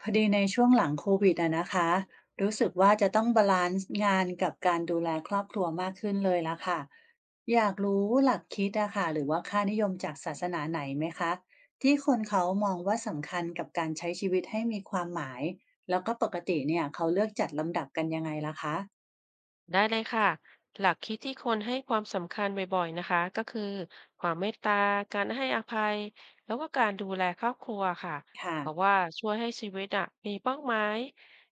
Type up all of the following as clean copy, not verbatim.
พอดีในช่วงหลังโควิดอะนะคะรู้สึกว่าจะต้องบาลานซ์งานกับการดูแลครอบครัวมากขึ้นเลยละค่ะอยากรู้หลักคิดอะค่ะหรือว่าค่านิยมจากศาสนาไหนไหมคะที่คนเขามองว่าสำคัญกับการใช้ชีวิตให้มีความหมายแล้วก็ปกติเนี่ยเขาเลือกจัดลำดับกันยังไงล่ะคะได้เลยค่ะหลักคิดที่คนให้ความสำคัญบ่อยๆนะคะก็คือความเมตตาการให้อภัยแล้วก็การดูแลครอบครัวค่ะค่ะเพราะว่าช่วยให้ชีวิตอ่ะมีเป้าหมาย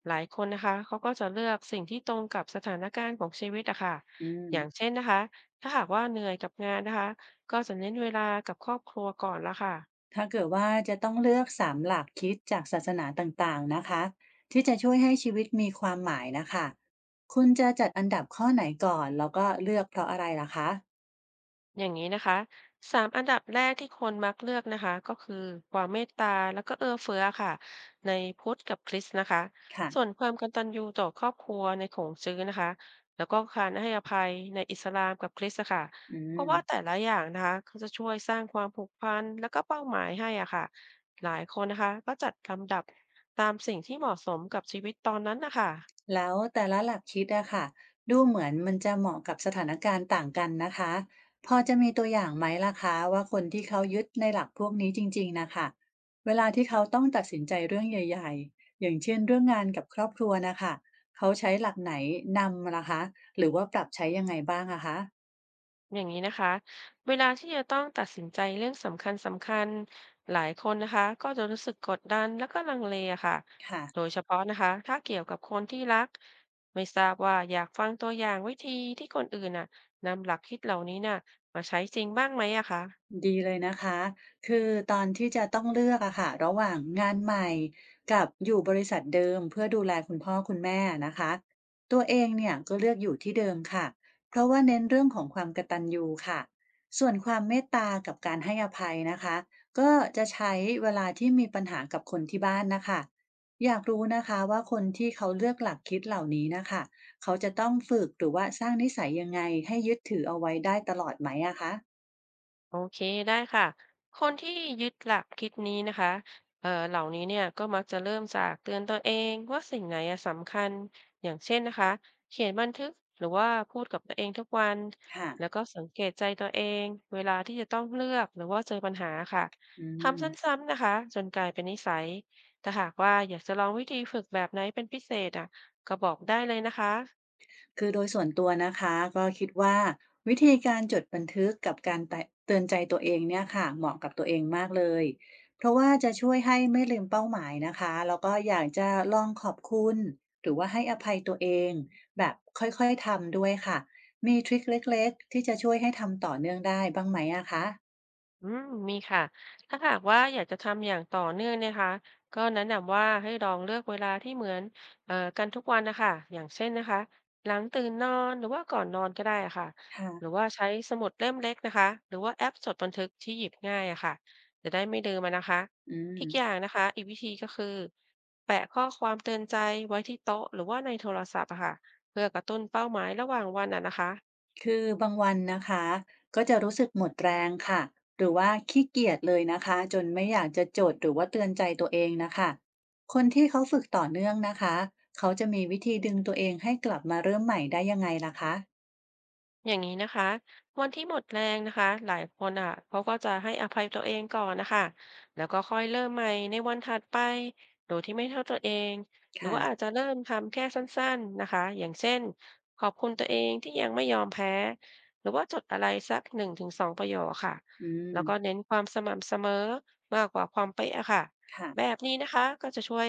หลายคนนะคะเขาก็จะเลือกสิ่งที่ตรงกับสถานการณ์ของชีวิตอะค่ะอืม อย่างเช่นนะคะถ้าหากว่าเหนื่อยกับงานนะคะก็จะเน้นเวลากับครอบครัวก่อนละค่ะ ถ้าเกิดว่าจะต้องเลือกสามหลักคิดจากศาสนาต่างๆนะคะที่จะช่วยให้ชีวิตมีความหมายนะคะคุณจะจัดอันดับข้อไหนก่อนแล้วก็เลือกเพราะอะไรล่ะคะอย่างนี้นะคะสามอันดับแรกที่คนมักเลือกนะคะก็คือความเมตตาแล้วก็เอื้อเฟื้อค่ะในพุทธกับคริสต์นะคะค่ะส่วนความกตัญญูต่อครอบครัวในของจื้อนะคะแล้วก็การให้อภัยในอิสลามกับคริสต์อะค่ะอืเพราะม ว่าแต่ละอย่างนะคะเจะช่วยสร้างความผูกพันแล้วก็เป้าหมายให้อ่ะค่ะหลายคนนะคะก็จัดลำดับตามสิ่งที่เหมาะสมกับชีวิตตอนนั้นนะคะ แล้วแต่ละหลักคิดอะค่ะดูเหมือนมันจะเหมาะกับสถานการณ์ต่างกันนะคะพอจะมีตัวอย่างไหมล่ะคะว่าคนที่เขายึดในหลักพวกนี้จริงๆนะคะเวลาที่เขาต้องตัดสินใจเรื่องใหญ่ๆอย่างเช่นเรื่องงานกับครอบครัวนะคะเขาใช้หลักไหนนำล่ะคะหรือว่าปรับใช้ยังไงบ้างอะคะอย่างนี้นะคะเวลาที่จะต้องตัดสินใจเรื่องสำคัญสำคัญหลายคนนะคะก็จะรู้สึกกดดันแล้วก็ลังเลอะค่ะค่ะ โดยเฉพาะนะคะถ้าเกี่ยวกับคนที่รักไม่ทราบว่าอยากฟังตัวอย่างวิธีที่คนอื่นน่ะนำหลักคิดเหล่านี้น่ะมาใช้จริงบ้างไหมอะคะ ดีเลยนะคะ คือตอนที่จะต้องเลือกอะค่ะระหว่างงานใหม่กับอยู่บริษัทเดิมเพื่อดูแลคุณพ่อคุณแม่นะคะตัวเองเนี่ยก็เลือกอยู่ที่เดิมค่ะเพราะว่าเน้นเรื่องของความกตัญญูค่ะส่วนความเมตตากับการให้อภัยนะคะก็จะใช้เวลาที่มีปัญหากับคนที่บ้านนะคะอยากรู้นะคะว่าคนที่เขาเลือกหลักคิดเหล่านี้นะคะเขาจะต้องฝึกหรือว่าสร้างนิสัยยังไงให้ยึดถือเอาไว้ได้ตลอดไหมอะคะโอเคได้ค่ะคนที่ยึดหลักคิดนี้นะคะเหล่านี้เนี่ยก็มักจะเริ่มจากเตือนตัวเองว่าสิ่งไหนอะสำคัญ อย่างเช่นนะคะ เขียนบันทึกหรือว่าพูดกับตัวเองทุกวันค่ะ แล้วก็สังเกตใจตัวเองเวลาที่จะต้องเลือกหรือว่าเจอปัญหาค่ะอืมทำซ้ำๆนะคะจนกลายเป็นนิสัยถ้าหากว่าอยากจะลองวิธีฝึกแบบไหนเป็นพิเศษอ่ะก็บอกได้เลยนะคะ คือโดยส่วนตัวนะคะก็คิดว่าวิธีการจดบันทึกกับการเตือนใจตัวเองเนี่ยค่ะเหมาะกับตัวเองมากเลยเพราะว่าจะช่วยให้ไม่ลืมเป้าหมายนะคะแล้วก็อยากจะลองขอบคุณหรือว่าให้อภัยตัวเองแบบค่อยๆทำด้วยค่ะมีทริกเล็กๆที่จะช่วยให้ทำต่อเนื่องได้บ้างไหมอะคะอืมมีค่ะถ้าหากว่าอยากจะทำอย่างต่อเนื่องนะคะก็แนะนำว่าให้ลองเลือกเวลาที่เหมือนกันทุกวันนะคะอย่างเช่นนะคะหลังตื่นนอนหรือว่าก่อนนอนก็ได้ค่ะหรือค่ะว่าใช้สมุดเล่มเล็กนะคะหรือว่าแอปจดบันทึกที่หยิบง่ายอะค่ะจะได้ไม่ลืมมันนะคะ อือีม กอย่างนะคะอีกวิธีก็คือแปะข้อความเตือนใจไว้ที่โต๊ะหรือว่าในโทรศัพท์อะค่ะเพื่อกระตุ้นเป้าหมายระหว่างวันอะนะคะ คือบางวันนะคะก็จะรู้สึกหมดแรงค่ะหรือว่าขี้เกียจเลยนะคะจนไม่อยากจะจดหรือว่าเตือนใจตัวเองนะคะคนที่เขาฝึกต่อเนื่องนะคะเขาจะมีวิธีดึงตัวเองให้กลับมาเริ่มใหม่ได้ยังไงล่ะคะอย่างนี้นะคะวันที่หมดแรงนะคะหลายคนอ่ะเขาก็จะให้อภัยตัวเองก่อนนะคะแล้วก็ค่อยเริ่มใหม่ในวันถัดไปโดยที่ไม่เท่าตัวเองหรือว่าอาค่ะจจะเริ่มทำแค่สั้นๆนะคะอย่างเช่นขอบคุณตัวเองที่ยังไม่ยอมแพ้หรือว่าจดอะไรสัก1 ถึง 2ประโยคค่ะอืมแล้วก็เน้นความสม่ำเสมอมากกว่าความเป๊ะอะค่ะแบค่ะ บนี้นะคะก็จะช่วย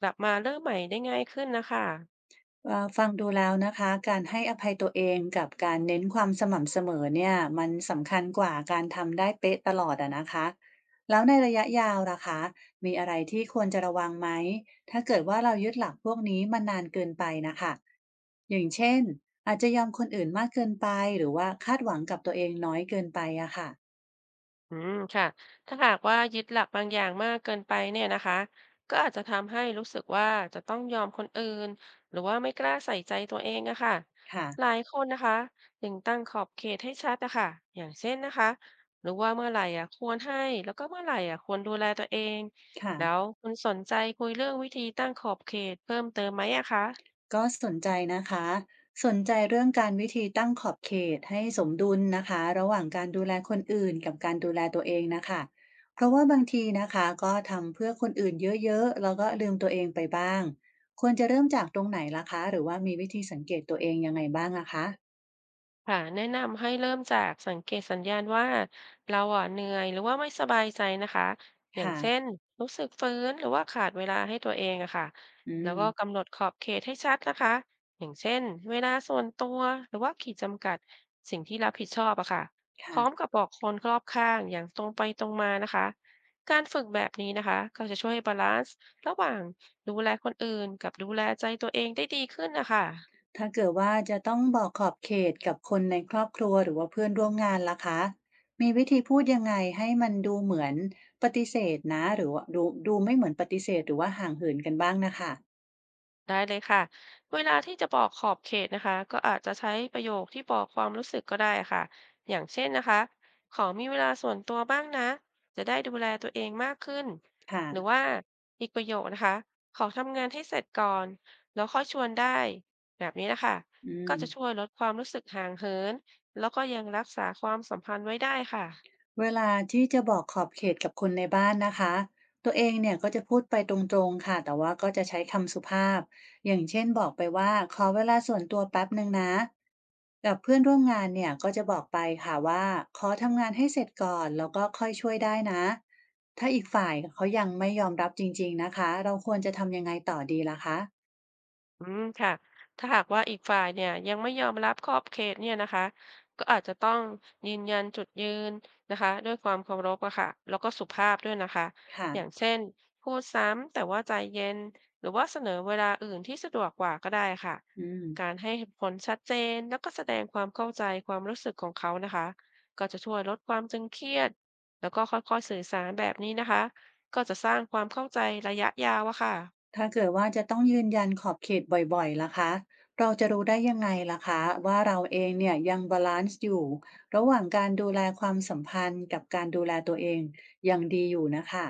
กลับมาเริ่มใหม่ได้ง่ายขึ้นนะคะ ฟังดูแล้วนะคะการให้อภัยตัวเองกับการเน้นความสม่ำเสมอเนี่ยมันสำคัญกว่าการทำได้เป๊ะตลอดอะนะคะแล้วในระยะยาวล่ะคะมีอะไรที่ควรจะระวังไหมถ้าเกิดว่าเรายึดหลักพวกนี้มานานเกินไปนะคะอย่างเช่นอาจจะยอมคนอื่นมากเกินไปหรือว่าคาดหวังกับตัวเองน้อยเกินไปอะค่ะอืมค่ะถ้าหากว่ายึดหลักบางอย่างมากเกินไปเนี่ยนะคะก็อาจจะทำให้รู้สึกว่าจะต้องยอมคนอื่นหรือว่าไม่กล้าใส่ใจตัวเองอะค่ะค่ะหลายคนนะคะจึงตั้งขอบเขตให้ชัดอะค่ะอย่างเช่นนะคะหรือว่าเมื่อไหร่อะควรให้แล้วก็เมื่อไหร่อะควรดูแลตัวเองค่ะ แล้วคุณสนใจคุยเรื่องวิธีตั้งขอบเขตเพิ่มเติมไหมอะคะ ก็สนใจนะคะสนใจเรื่องการวิธีตั้งขอบเขตให้สมดุลนะคะระหว่างการดูแลคนอื่นกับการดูแลตัวเองนะคะเพราะว่าบางทีนะคะก็ทำเพื่อคนอื่นเยอะๆแล้วก็ลืมตัวเองไปบ้างควรจะเริ่มจากตรงไหนล่ะคะหรือว่ามีวิธีสังเกตตัวเองยังไงบ้างอะคะค่ะแนะนำให้เริ่มจากสังเกตสัญญาณว่าเราอ่ะเหนื่อยหรือว่าไม่สบายใจนะคะอย่างค่ะเช่นรู้สึกฟื้นหรือว่าขาดเวลาให้ตัวเองอะค่ะอืแล้วมก็กำหนดขอบเขตให้ชัดนะคะอย่างเช่นเวลาส่วนตัวหรือว่าขีดจำกัดสิ่งที่รับผิดชอบอะค่ะพร้อมค่ะ กับบอกคนรอบข้างอย่างตรงไปตรงมานะคะการฝึกแบบนี้นะคะก็จะช่วยให้บาลานซ์ระหว่างดูแลคนอื่นกับดูแลใจตัวเองได้ดีขึ้นนะคะ ถ้าเกิดว่าจะต้องบอกขอบเขตกับคนในครอบครัวหรือว่าเพื่อนร่วมงานล่ะคะ มีวิธีพูดยังไงให้มันดูเหมือนปฏิเสธนะหรือว่าดูไม่เหมือนปฏิเสธหรือว่าห่างเหินกันบ้างนะคะได้เลยค่ะเวลาที่จะบอกขอบเขตนะคะก็อาจจะใช้ประโยคที่บอกความรู้สึกก็ได้ค่ะอย่างเช่นนะคะขอมีเวลาส่วนตัวบ้างนะจะได้ดูแลตัวเองมากขึ้นหรือค่ะว่าอีกประโยคนะคะขอทำงานให้เสร็จก่อนแล้วค่อยชวนได้แบบนี้นะคะอืก็ม จะช่วยลดความรู้สึกห่างเหินแล้วก็ยังรักษาความสัมพันธ์ไว้ได้ค่ะ เวลาที่จะบอกขอบเขตกับคนในบ้านนะคะตัวเองเนี่ยก็จะพูดไปตรงๆค่ะแต่ว่าก็จะใช้คำสุภาพ อย่างเช่นบอกไปว่าขอเวลาส่วนตัวแป๊บหนึ่งนะ กับเพื่อนร่วมงานเนี่ยก็จะบอกไปค่ะว่าขอทำงานให้เสร็จก่อนแล้วก็ค่อยช่วยได้นะ ถ้าอีกฝ่ายเขายังไม่ยอมรับจริงๆนะคะเราควรจะทำยังไงต่อดีล่ะคะอืมค่ะถ้าหากว่าอีกฝ่ายเนี่ยยังไม่ยอมรับขอบเขตเนี่ยนะคะก็อาจจะต้องยืนยันจุดยืนนะคะด้วยความเคารพอะค่ะแล้วก็สุภาพด้วยนะคะค่ะอย่างเช่นพูดซ้ำแต่ว่าใจเย็นหรือว่าเสนอเวลาอื่นที่สะดวกกว่าก็ได้ค่ะอืม การให้เหตุผลชัดเจนแล้วก็แสดงความเข้าใจความรู้สึกของเขานะคะก็จะช่วยลดความตึงเครียดแล้วก็ค่อยๆสื่อสารแบบนี้นะคะก็จะสร้างความเข้าใจระยะยาวอะค่ะ ถ้าเกิดว่าจะต้องยืนยันขอบเขตบ่อยๆล่ะคะ เราจะรู้ได้ยังไงล่ะคะว่าเราเองเนี่ยยังบาลานซ์อยู่ระหว่างการดูแลความสัมพันธ์กับการดูแลตัวเองยังดีอยู่นะคะ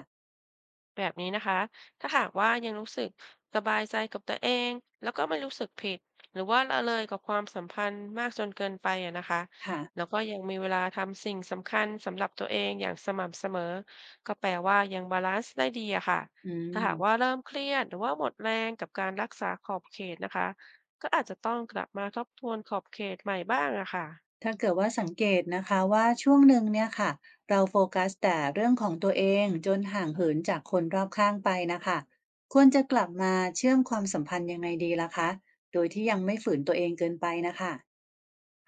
แบบนี้นะคะ ถ้าหากว่ายังรู้สึกสบายใจกับตัวเองแล้วก็ไม่รู้สึกผิด หรือว่าละเลยกับความสัมพันธ์มากจนเกินไปอะนะคะค่ะแล้วก็ยังมีเวลาทำสิ่งสำคัญสำหรับตัวเองอย่างสม่ำเสมอก็แปลว่ายังบาลานซ์ได้ดีอะค่ะอืถ้าหากว่ามเริ่มเครียดหรือว่าหมดแรงกับการรักษาขอบเขตนะคะก็อาจจะต้องกลับมาทบทวนขอบเขตใหม่บ้างอะค่ะ ถ้าเกิดว่าสังเกตนะคะว่าช่วงหนึ่งเนี่ยค่ะเราโฟกัสแต่เรื่องของตัวเองจนห่างเหินจากคนรอบข้างไปนะคะควรจะกลับมาเชื่อมความสัมพันธ์ยังไงดีล่ะคะโดยที่ยังไม่ฝืนตัวเองเกินไปนะคะ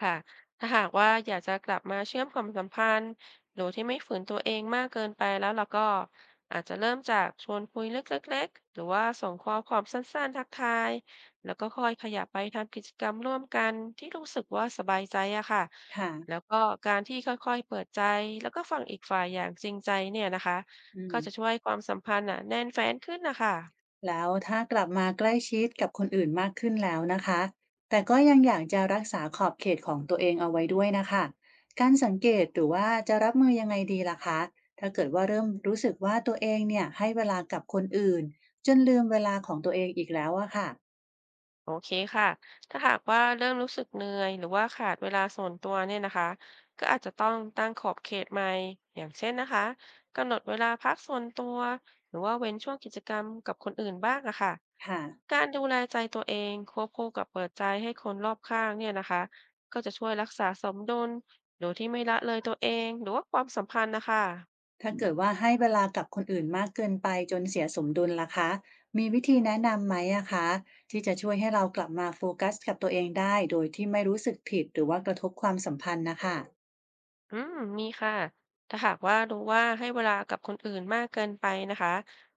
ค่ะ ถ้าหากว่าอยากจะกลับมาเชื่อมความสัมพันธ์โดยที่ไม่ฝืนตัวเองมากเกินไปแล้วเราก็อาจจะเริ่มจากชวนคุยเรื่องเล็กๆหรือว่าส่งข้อความสั้นๆทักทายแล้วก็ค่อยขยับไปทำกิจกรรมร่วมกันที่รู้สึกว่าสบายใจอะค่ะค่ะแล้วก็การที่ค่อยๆเปิดใจแล้วก็ฟังอีกฝ่ายอย่างจริงใจเนี่ยนะคะอืม ก็จะช่วยให้ความสัมพันธ์อะแน่นแฟ้นขึ้นนะคะ แล้วถ้ากลับมาใกล้ชิดกับคนอื่นมากขึ้นแล้วนะคะ แต่ก็ยังอยากจะรักษาขอบเขตของตัวเองเอาไว้ด้วยนะคะการสังเกตหรือว่าจะรับมือยังไงดีล่ะคะถ้าเกิดว่าเริ่มรู้สึกว่าตัวเองเนี่ยให้เวลากับคนอื่นจนลืมเวลาของตัวเองอีกแล้วอะค่ะโอเคค่ะถ้าหากว่าเริ่มรู้สึกเหนื่อยหรือว่าขาดเวลาส่วนตัวเนี่ยนะคะก็อาจจะต้องตั้งขอบเขตใหม่อย่างเช่นนะคะกำหนดเวลาพักส่วนตัว หรือว่าเว้นช่วงกิจกรรมกับคนอื่นบ้างอะค่ะค่ะการดูแลใจตัวเองควบคู่กับเปิดใจให้คนรอบข้างเนี่ยนะคะก็จะช่วยรักษาสมดุลโดยที่ไม่ละเลยตัวเอง หรือว่าความสัมพันธ์นะคะ ถ้าเกิดว่าให้เวลากับคนอื่นมากเกินไปจนเสียสมดุลล่ะคะมีวิธีแนะนำไหมอะคะที่จะช่วยให้เรากลับมาโฟกัสกับตัวเองได้โดยที่ไม่รู้สึกผิดหรือว่ากระทบความสัมพันธ์นะคะ อืมมีค่ะ ถ้าหากว่ารู้ว่าให้เวลากับคนอื่นมากเกินไปนะคะ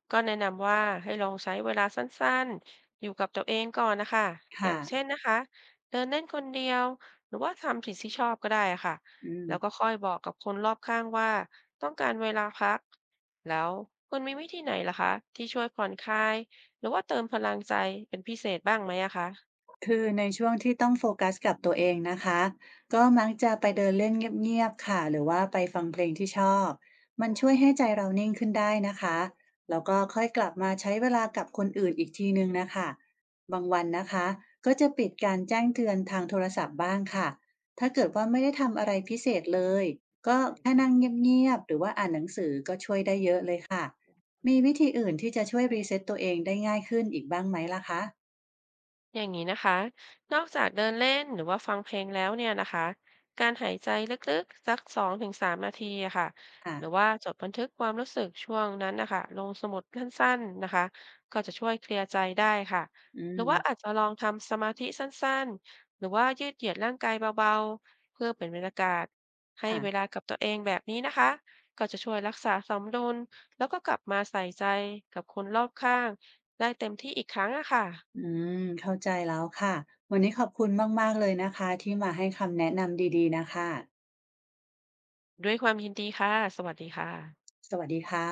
ก็แนะนำว่าให้ลองใช้เวลาสั้นๆอยู่กับตัวเองก่อนนะคะอย่างเช่ค่ะนนะคะเดินเล่นคนเดียวหรือว่าทำสิ่งที่ชอบก็ได้ค่ะอืมแล้วก็ค่อยบอกกับคนรอบข้างว่าต้องการเวลาพักแล้วคุณมีวิธีไหนล่ะคะที่ช่วยผ่อนคลายหรือว่าเติมพลังใจเป็นพิเศษบ้างไหมอะคะ คือในช่วงที่ต้องโฟกัสกับตัวเองนะคะก็มักจะไปเดินเล่นเงียบๆค่ะหรือว่าไปฟังเพลงที่ชอบมันช่วยให้ใจเรานิ่งขึ้นได้นะคะแล้วก็ค่อยกลับมาใช้เวลากับคนอื่นอีกทีหนึ่งนะคะบางวันนะคะก็จะปิดการแจ้งเตือนทางโทรศัพท์บ้างค่ะถ้าเกิดว่าไม่ได้ทำอะไรพิเศษเลยก็แค่นั่งเงียบๆหรือว่าอ่านหนังสือก็ช่วยได้เยอะเลยค่ะมีวิธีอื่นที่จะช่วยรีเซ็ตตัวเองได้ง่ายขึ้นอีกบ้างไหมล่ะคะ อย่างนี้นะคะ นอกจากเดินเล่นหรือว่าฟังเพลงแล้วเนี่ยนะคะการหายใจลึกๆสัก2 ถึง 3 นาทีอะค่ะค่ะหรือว่าจดบันทึกความรู้สึกช่วงนั้นนะคะลงสมุดสั้นๆนะคะก็จะช่วยเคลียร์ใจได้ค่ะอืหรือมว่าอาจจะลองทำสมาธิสั้นๆหรือว่ายืดเหยียดร่างกายเบาๆเพื่อเป็นบรรยากาศให้ค่ะเวลากับตัวเองแบบนี้นะคะ ก็จะช่วยรักษาสมดุลแล้วก็กลับมาใส่ใจกับคนรอบข้างได้เต็มที่อีกครั้งอะอืค่ะ เข้าใจแล้วค่ะ วันนี้ขอบคุณมากๆเลยนะคะที่มาให้คำแนะนำดีๆนะคะ ด้วยความยินดีค่ะ สวัสดีค่ะสวัสดีค่ะ